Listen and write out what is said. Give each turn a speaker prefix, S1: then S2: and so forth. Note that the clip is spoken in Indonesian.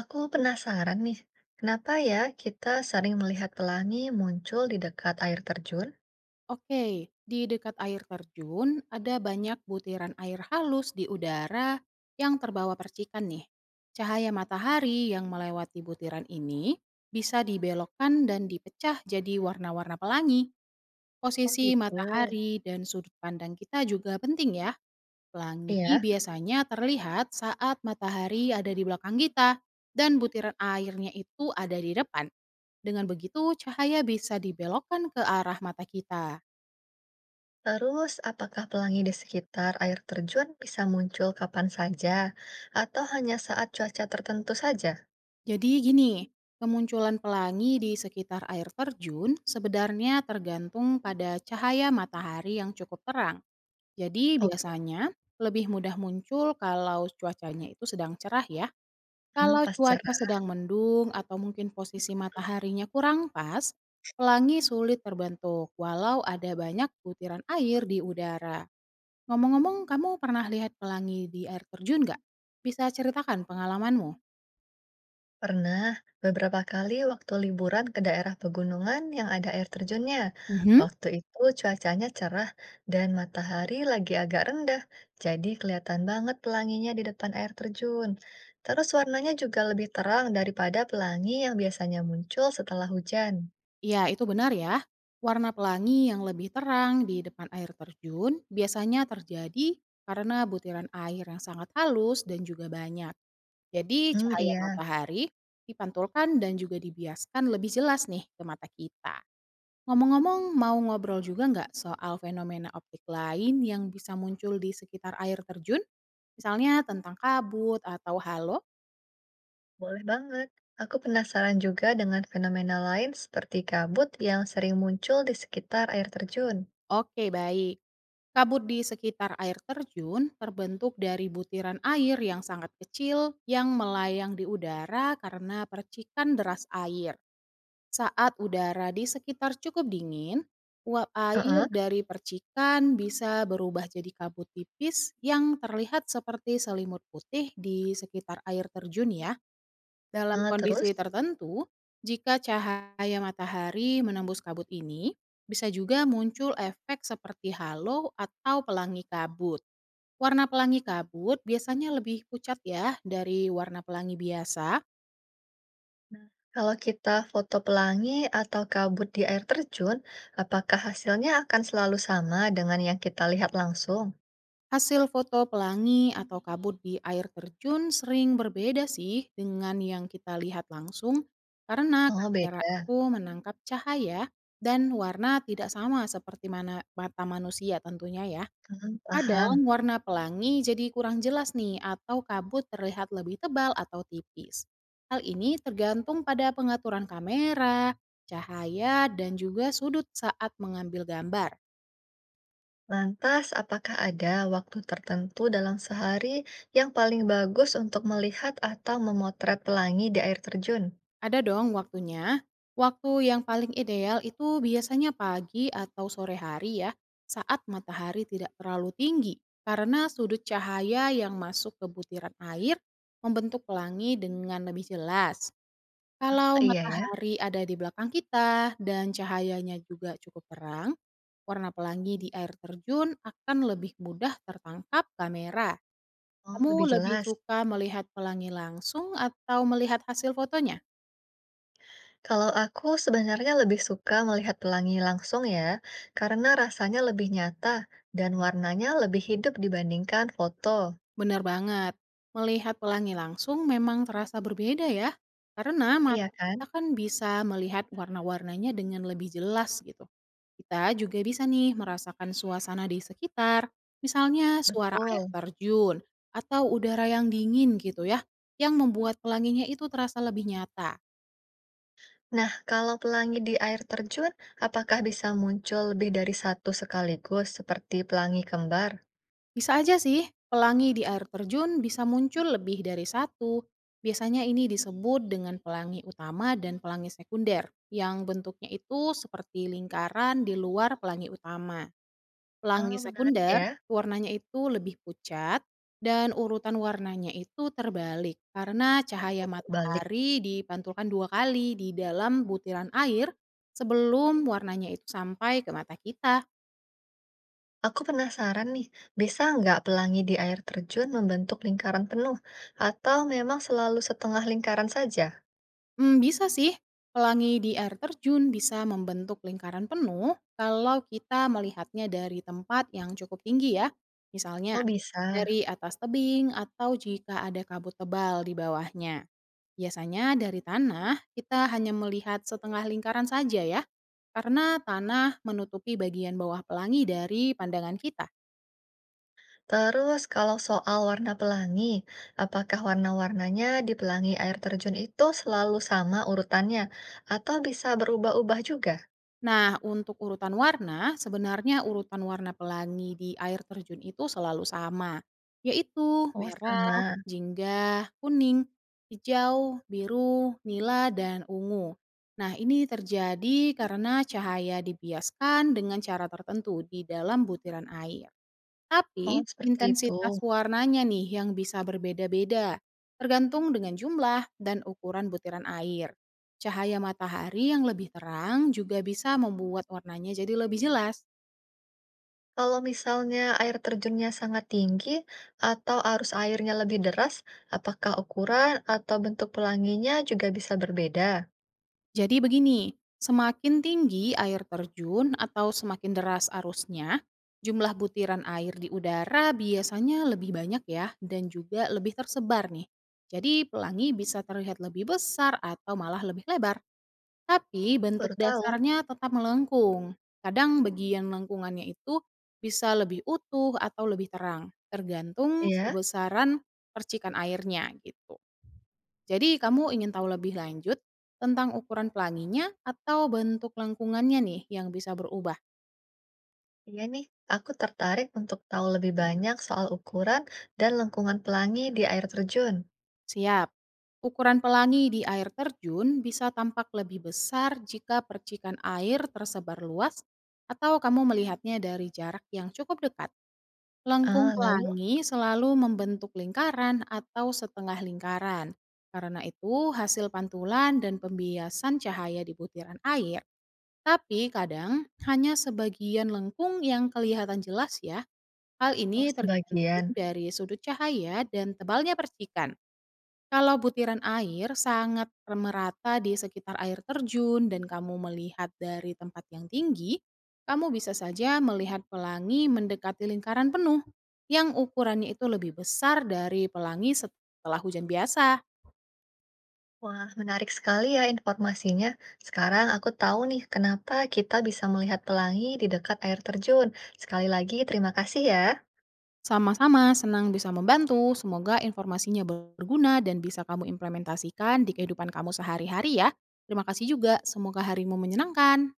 S1: Aku penasaran nih, kenapa ya kita sering melihat pelangi muncul di dekat air terjun?
S2: Oke, di dekat air terjun ada banyak butiran air halus di udara yang terbawa percikan nih. Cahaya matahari yang melewati butiran ini bisa dibelokkan dan dipecah jadi warna-warna pelangi.
S1: Oh
S2: Posisi
S1: gitu.
S2: matahari dan sudut pandang kita juga penting ya. Pelangi
S1: Iya,
S2: biasanya terlihat saat matahari ada di belakang kita dan butiran airnya itu ada di depan. Dengan begitu, cahaya bisa dibelokkan ke arah mata kita.
S1: terus apakah pelangi di sekitar air terjun bisa muncul kapan saja atau hanya saat cuaca tertentu saja?
S2: Jadi gini, kemunculan pelangi di sekitar air terjun sebenarnya tergantung pada cahaya matahari yang cukup terang. Jadi
S1: Oke.
S2: biasanya lebih mudah muncul kalau cuacanya itu sedang cerah ya.
S1: Hmm,
S2: Kalau
S1: pas
S2: cuaca
S1: cerah.
S2: sedang mendung atau mungkin posisi mataharinya kurang pas, pelangi sulit terbentuk walau ada banyak butiran air di udara. Ngomong-ngomong, kamu pernah lihat pelangi di air terjun nggak? Bisa ceritakan pengalamanmu?
S1: Pernah beberapa kali waktu liburan ke daerah pegunungan yang ada air terjunnya. Waktu itu cuacanya cerah dan matahari lagi agak rendah, jadi kelihatan banget pelanginya di depan air terjun. Terus warnanya juga lebih terang daripada pelangi yang biasanya muncul setelah hujan.
S2: Ya, itu benar ya. Warna pelangi yang lebih terang di depan air terjun biasanya terjadi karena butiran air yang sangat halus dan juga banyak. Jadi
S1: Hmm,
S2: cahaya
S1: iya,
S2: matahari dipantulkan dan juga dibiaskan lebih jelas nih ke mata kita. Ngomong-ngomong, mau ngobrol juga nggak soal fenomena optik lain yang bisa muncul di sekitar air terjun? Misalnya tentang kabut atau halo?
S1: boleh banget. Aku penasaran juga dengan fenomena lain seperti kabut yang sering muncul di sekitar air terjun.
S2: Oke, baik. Kabut di sekitar air terjun terbentuk dari butiran air yang sangat kecil yang melayang di udara karena percikan deras air. Saat udara di sekitar cukup dingin, uap air
S1: Heeh,
S2: dari percikan bisa berubah jadi kabut tipis yang terlihat seperti selimut putih di sekitar air terjun ya. Dalam
S1: terus?
S2: kondisi tertentu, jika cahaya matahari menembus kabut ini, bisa juga muncul efek seperti halo atau pelangi kabut. Warna pelangi kabut biasanya lebih pucat ya dari warna pelangi biasa.
S1: Kalau kita foto pelangi atau kabut di air terjun, apakah hasilnya akan selalu sama dengan yang kita lihat langsung?
S2: Hasil foto pelangi atau kabut di air terjun sering berbeda sih dengan yang kita lihat langsung karena
S1: Oh,
S2: kamera
S1: beda.
S2: itu menangkap cahaya dan warna tidak sama seperti mana mata manusia tentunya ya.
S1: Hmm, paham.
S2: Kadang warna pelangi jadi kurang jelas nih atau kabut terlihat lebih tebal atau tipis. Hal ini tergantung pada pengaturan kamera, cahaya, dan juga sudut saat mengambil gambar.
S1: Lantas, apakah ada waktu tertentu dalam sehari yang paling bagus untuk melihat atau memotret pelangi di air terjun?
S2: Ada dong waktunya. Waktu yang paling ideal itu biasanya pagi atau sore hari ya, saat matahari tidak terlalu tinggi. Karena sudut cahaya yang masuk ke butiran air membentuk pelangi dengan lebih jelas.
S1: Oh,
S2: Kalau
S1: iya ya.
S2: matahari ada di belakang kita dan cahayanya juga cukup terang, warna pelangi di air terjun akan lebih mudah tertangkap kamera.
S1: Oh,
S2: Kamu
S1: lebih
S2: lebih
S1: jelas.
S2: suka melihat pelangi langsung atau melihat hasil fotonya?
S1: Kalau aku sebenarnya lebih suka melihat pelangi langsung ya, karena rasanya lebih nyata dan warnanya lebih hidup dibandingkan foto.
S2: Benar banget. Melihat pelangi langsung memang terasa berbeda ya. Karena
S1: Iya
S2: mata
S1: kan?
S2: kita kan bisa melihat warna-warnanya dengan lebih jelas gitu. Kita juga bisa nih merasakan suasana di sekitar, misalnya suara air
S1: Betul.
S2: terjun atau udara yang dingin gitu ya, yang membuat pelanginya itu terasa lebih nyata.
S1: Nah, kalau pelangi di air terjun, apakah bisa muncul lebih dari satu sekaligus seperti pelangi kembar?
S2: Bisa aja sih, pelangi di air terjun bisa muncul lebih dari satu. Biasanya ini disebut dengan pelangi utama dan pelangi sekunder, yang bentuknya itu seperti lingkaran di luar pelangi utama. Pelangi
S1: Oh, menarik
S2: sekunder,
S1: ya.
S2: warnanya itu lebih pucat, dan urutan warnanya itu terbalik karena cahaya
S1: Putar balik.
S2: matahari dipantulkan 2 kali di dalam butiran air sebelum warnanya itu sampai ke mata kita.
S1: Aku penasaran nih, bisa nggak pelangi di air terjun membentuk lingkaran penuh? Atau memang selalu setengah lingkaran saja?
S2: Bisa sih. Pelangi di air terjun bisa membentuk lingkaran penuh kalau kita melihatnya dari tempat yang cukup tinggi ya. Misalnya,
S1: Oh, bisa.
S2: dari atas tebing atau jika ada kabut tebal di bawahnya. Biasanya dari tanah, kita hanya melihat setengah lingkaran saja ya, karena tanah menutupi bagian bawah pelangi dari pandangan kita.
S1: Terus, kalau soal warna pelangi, apakah warna-warnanya di pelangi air terjun itu selalu sama urutannya? Atau bisa berubah-ubah juga?
S2: Nah, untuk urutan warna, sebenarnya urutan warna pelangi di air terjun itu selalu sama, yaitu
S1: Oh,
S2: merah,
S1: sama.
S2: jingga, kuning, hijau, biru, nila, dan ungu. Nah, ini terjadi karena cahaya dibiaskan dengan cara tertentu di dalam butiran air. Tapi,
S1: Oh, seperti itu.
S2: intensitas warnanya nih yang bisa berbeda-beda, tergantung dengan jumlah dan ukuran butiran air. Cahaya matahari yang lebih terang juga bisa membuat warnanya jadi lebih jelas.
S1: Kalau misalnya air terjunnya sangat tinggi atau arus airnya lebih deras, apakah ukuran atau bentuk pelanginya juga bisa berbeda?
S2: Jadi begini, semakin tinggi air terjun atau semakin deras arusnya, jumlah butiran air di udara biasanya lebih banyak ya dan juga lebih tersebar nih. Jadi pelangi bisa terlihat lebih besar atau malah lebih lebar. Tapi bentuk
S1: Baru tahu.
S2: dasarnya tetap melengkung. Kadang bagian lengkungannya itu bisa lebih utuh atau lebih terang, tergantung
S1: Iya,
S2: sebesaran percikan airnya gitu. Jadi kamu ingin tahu lebih lanjut tentang ukuran pelanginya atau bentuk lengkungannya nih yang bisa berubah?
S1: iya nih. Aku tertarik untuk tahu lebih banyak soal ukuran dan lengkungan pelangi di air terjun.
S2: Siap. Ukuran pelangi di air terjun bisa tampak lebih besar jika percikan air tersebar luas atau kamu melihatnya dari jarak yang cukup dekat. Lengkung
S1: Ah, lalu,
S2: pelangi selalu membentuk lingkaran atau setengah lingkaran. Karena itu, hasil pantulan dan pembiasan cahaya di butiran air. Tapi kadang hanya sebagian lengkung yang kelihatan jelas ya. Hal
S1: oh
S2: ini
S1: sebagian.
S2: tergantung dari sudut cahaya dan tebalnya percikan. Kalau butiran air sangat merata di sekitar air terjun dan kamu melihat dari tempat yang tinggi, kamu bisa saja melihat pelangi mendekati lingkaran penuh yang ukurannya itu lebih besar dari pelangi setelah hujan biasa.
S1: Wah, menarik sekali ya informasinya. Sekarang aku tahu nih kenapa kita bisa melihat pelangi di dekat air terjun. Sekali lagi, terima kasih ya.
S2: Sama-sama senang bisa membantu. Semoga informasinya berguna dan bisa kamu implementasikan di kehidupan kamu sehari-hari ya. Terima kasih juga. Semoga harimu menyenangkan.